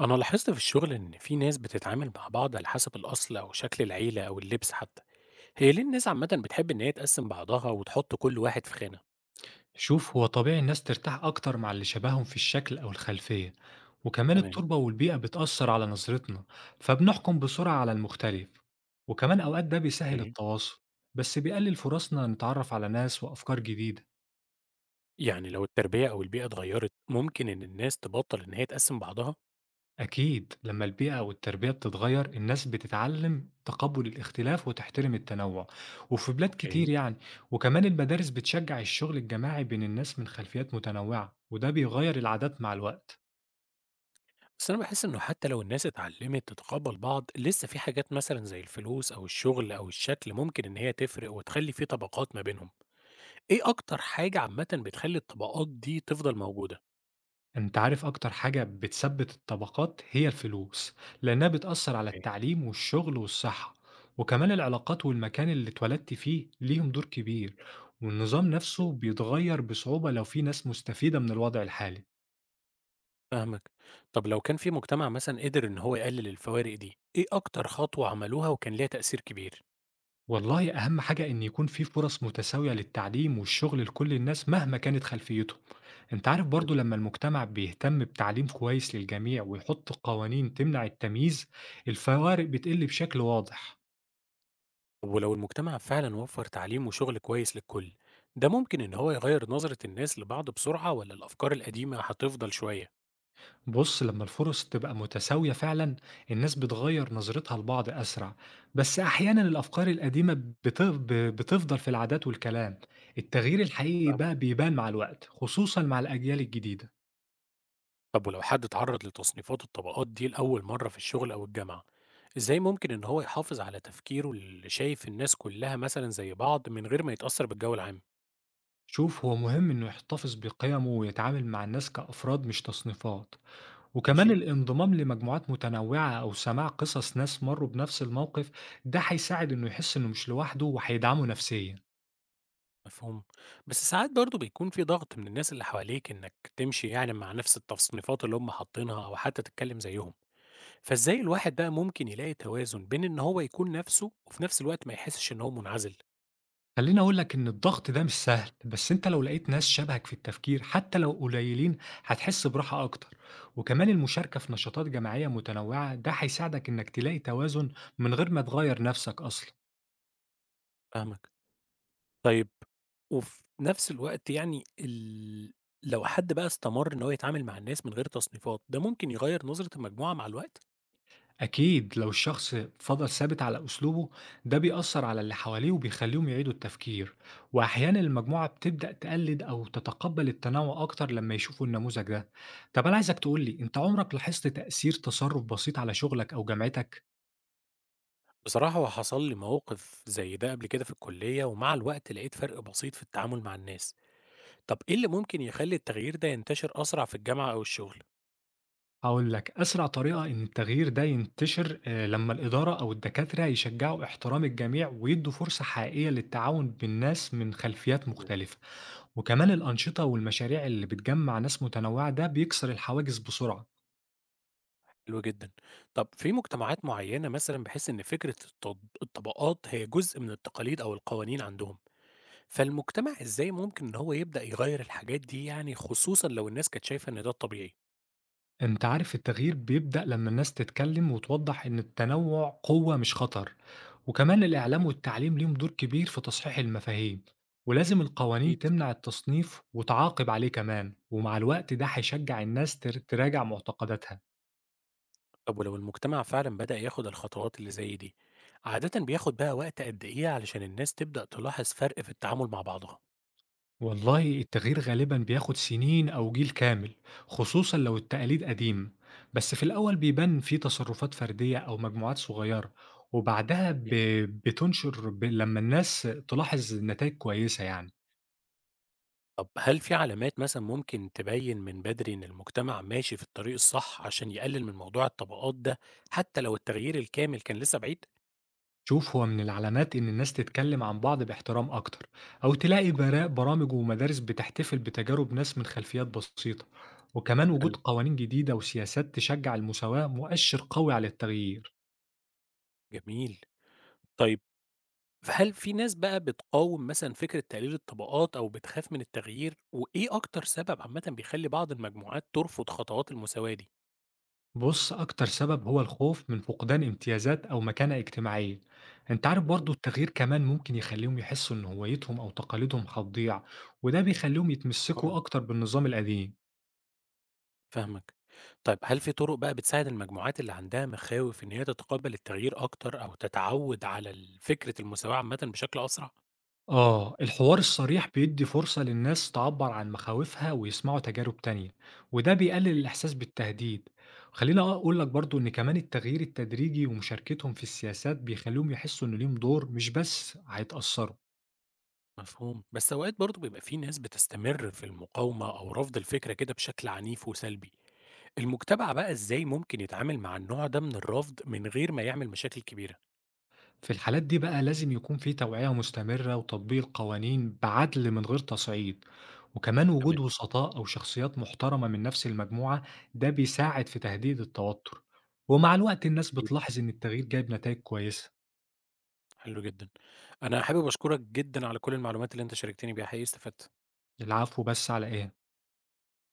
أنا لاحظت في الشغل إن في ناس بتتعامل مع بعض على حسب الأصل أو شكل العيلة أو اللبس حتى، هي ليه الناس عامة بتحب إن هي تقسم بعضها وتحط كل واحد في خانة؟ شوف هو طبيعي الناس ترتاح أكتر مع اللي شبههم في الشكل أو الخلفية، وكمان تمام. التربة والبيئة بتأثر على نظرتنا، فبنحكم بسرعة على المختلف. وكمان أوقات ده بيسهل اوكي. التواصل، بس بيقلل فرصنا نتعرف على ناس وأفكار جديدة. يعني لو التربية أو البيئة اتغيرت ممكن إن الناس تبطل إن هي تقسم بعضها؟ أكيد لما البيئة والتربية بتتغير الناس بتتعلم تقبل الاختلاف وتحترم التنوع، وفي بلاد كتير اوكي. يعني. وكمان المدارس بتشجع الشغل الجماعي بين الناس من خلفيات متنوعة، وده بيغير العادات مع الوقت. بس أنا بحس إنه حتى لو الناس اتعلمت تتقبل بعض لسه في حاجات مثلا زي الفلوس أو الشغل أو الشكل ممكن إن هي تفرق وتخلي في طبقات ما بينهم، إيه أكتر حاجة عامة بتخلي الطبقات دي تفضل موجودة؟ أنت عارف أكتر حاجة بتثبت الطبقات هي الفلوس، لأنها بتأثر على أوكي. التعليم والشغل والصحة. وكمان العلاقات والمكان اللي اتولدت فيه ليهم دور كبير، والنظام نفسه بيتغير بصعوبة لو في ناس مستفيدة من الوضع الحالي. فاهمك. طب لو كان في مجتمع مثلًا قدر إن هو يقلل الفوارق دي، إيه أكتر خطوة عملوها وكان ليها تأثير كبير؟ والله أهم حاجة إن يكون في فرص متساوية للتعليم والشغل لكل الناس مهما كانت خلفيتهم. أنت عارف حلو. برضو لما المجتمع بيهتم بتعليم كويس للجميع ويحط قوانين تمنع التمييز، الفوارق بتقل بشكل واضح. ولو المجتمع فعلًا وفّر تعليم وشغل كويس للكل، ده ممكن إن هو يغيّر نظرة الناس لبعض بسرعة والّا الأفكار القديمة هتفضل شوية؟ بص لما الفرص تبقى متساوية فعلا الناس بتغير نظرتها لبعض أسرع، بس أحيانا الأفكار القديمة بتفضل في العادات والكلام. التغيير الحقيقي بقى فاهمك. بيبان مع الوقت، خصوصا مع الأجيال الجديدة. طب ولو حد اتعرّض لتصنيفات الطبقات دي لأول مرّة في الشغل أو الجامعة، إزاي ممكن إن هو يحافظ على تفكيره اللي شايف الناس كلّها مثلًا زي بعض من غير ما يتأثّر بالجو العام؟ شوف هو مهم إنه يحتفظ بقيمه ويتعامل مع الناس كأفراد مش تصنيفات، وكمان ماشي. الانضمام لمجموعات متنوعة أو سماع قصص ناس مروا بنفس الموقف. ده هيساعد إنه يحس إنه مش لوحده وهيدعمه نفسيا. مفهوم. بس ساعات برضه بيكون في ضغط من الناس اللي حواليك إنك تمشي يعني مع نفس التصنيفات اللي هم حاطينها أو حتى تتكلم زيهم، فإزاي الواحد بقى ممكن يلاقي توازن بين إن هو يكون نفسه وفي نفس الوقت ما يحسش إن هو منعزل؟ خلّيني أقول لك إن الضغط ده مش سهل، بس أنت لو لقيت ناس شبهك في التفكير حتى لو قليلين هتحس براحة أكتر، وكمان المشاركة في نشاطات جماعية متنوعة ده هيساعدك إنك تلاقي توازن من غير ما تغيّر نفسك أصلًا. فاهمك. طيب وفي نفس الوقت يعني ال لو حد بقى استمر إن هو يتعامل مع الناس من غير تصنيفات، ده ممكن يغيّر نظرة المجموعة مع الوقت؟ أكيد لو الشخص فضل ثابت على أسلوبه ده بيأثّر على اللي حواليه وبيخلّيهم يعيدوا التفكير، وأحيانًا المجموعة بتبدأ تقلّد أو تتقبّل التنوع أكتر لمّا يشوفوا النموذج ده. طَب أنا عايزك تقول لي أنت عمرك لاحظت تأثير تصرُّف بسيط على شغلك أو جامعتك؟ بصراحة هو حصل لي موقف زي ده قبل كده في الكلية ومع الوقت لقيت فرق بسيط في التعامل مع الناس. طب إيه اللي ممكن يخلّي التغيير ده ينتشر أسرع في الجامعة أو الشغل؟ هاقول لك، أسرع طريقة إن التغيير ده ينتشر لمّا الإدارة أو الدكاترة يشجّعوا احترام الجميع ويدّوا فرصة حقيقية للتعاون بين ناس من خلفيات تمام. مختلفة، وكمان الأنشطة والمشاريع اللي بتجمّع ناس متنوعة ده بيكسر الحواجز بسرعة. حلو جدًا. طب في مجتمعات معيّنة مثلًا بحيث إن فكرة الطبقات هي جزء من التقاليد أو القوانين عندهم، فالمجتمع إزاي ممكن إن هو يبدأ يغيّر الحاجات دي يعني خصوصًا لو الناس كانت شايفة إن ده الطبيعي؟ أنت عارف التغيير بيبدأ لما الناس تتكلم وتوضح إن التنوع قوة مش خطر، وكمان الإعلام والتعليم ليهم دور كبير في تصحيح المفاهيم، ولازم القوانين أكيد. تمنع التصنيف وتعاقب عليه كمان، ومع الوقت ده هيشجع الناس تراجع معتقداتها. طب ولو المجتمع فعلًا بدأ ياخد الخطوات اللي زي دي، عادةً بياخد بقى وقت قد إيه علشان الناس تبدأ تلاحظ فرق في التعامل مع بعضها؟ والله التغيير غالبا بياخد سنين أو جيل كامل، خصوصا لو التقاليد قديمة، بس في الأول بيبان فيه تصرفات فردية أو مجموعات صغيرة، وبعدها بتنشر لما الناس تلاحظ نتائج كويسة يعني. طب هل في علامات مثلًا ممكن تبيّن من بدري إن المجتمع ماشي في الطريق الصح عشان يقلل من موضوع الطبقات ده، حتى لو التغيير الكامل كان لسه بعيد؟ شوف هو من العلامات إن الناس تتكلم عن بعض باحترام أكتر، أو تلاقي برامج ومدارس بتحتفل بتجارب ناس من خلفيات بسيطة، وكمان حلو، وجود قوانين جديدة وسياسات تشجع المساواة مؤشر قوي على التغيير. جميل. طيب فهل في ناس بقى بتقاوم مثلًا فكرة تقليل الطبقات أو بتخاف من التغيير، وإيه أكتر سبب عامةً بيخلّي بعض المجموعات ترفض خطوات المساواة دي؟ بص أكتر سبب هو الخوف من فقدان امتيازات أو مكانة اجتماعية. أنت عارف برضو التغيير كمان ممكن يخليهم يحسوا إن هويتهم أو تقاليدهم هتضيع، وده بيخليهم آه، يتمسكوا أكتر بالنظام القديم. فاهمك. طيب هل في طرق بقى بتساعد المجموعات اللي عندها مخاوف إن هي تتقبل التغيير أكتر أو تتعود على فكرة المساواة عامةً بشكل أسرع؟ آه، الحوار الصريح بيدي فرصة للناس تعبر عن مخاوفها ويسمعوا تجارب تانية، وده بيقلل الإحساس بالتهديد. خليني أقول لك برضو إن كمان التغيير التدريجي ومشاركتهم في السياسات بيخليهم يحسوا إن ليهم دور مش بس هيتأثروا. مفهوم، بس أوقات برضه بيبقى في ناس بتستمر في المقاومة أو رفض الفكرة كده بشكل عنيف وسلبي، المجتمع بقى إزاي ممكن يتعامل مع النوع ده من الرفض من غير ما يعمل مشاكل كبيرة؟ في الحالات دي بقى لازم يكون في توعية مستمرة وتطبيق القوانين بعدل من غير تصعيد، وكمان تمام، وجود وسطاء أو شخصيات محترمة من نفس المجموعة ده بيساعد في تهديد التوتر، ومع الوقت الناس أكيد، بتلاحظ إن التغيير جايب نتائج كويسة. حلو جدًا، أنا حابب أشكرك جدًا على كل المعلومات اللي أنت شاركتني بيها، حقيقي استفدت. العفو، بس على إيه؟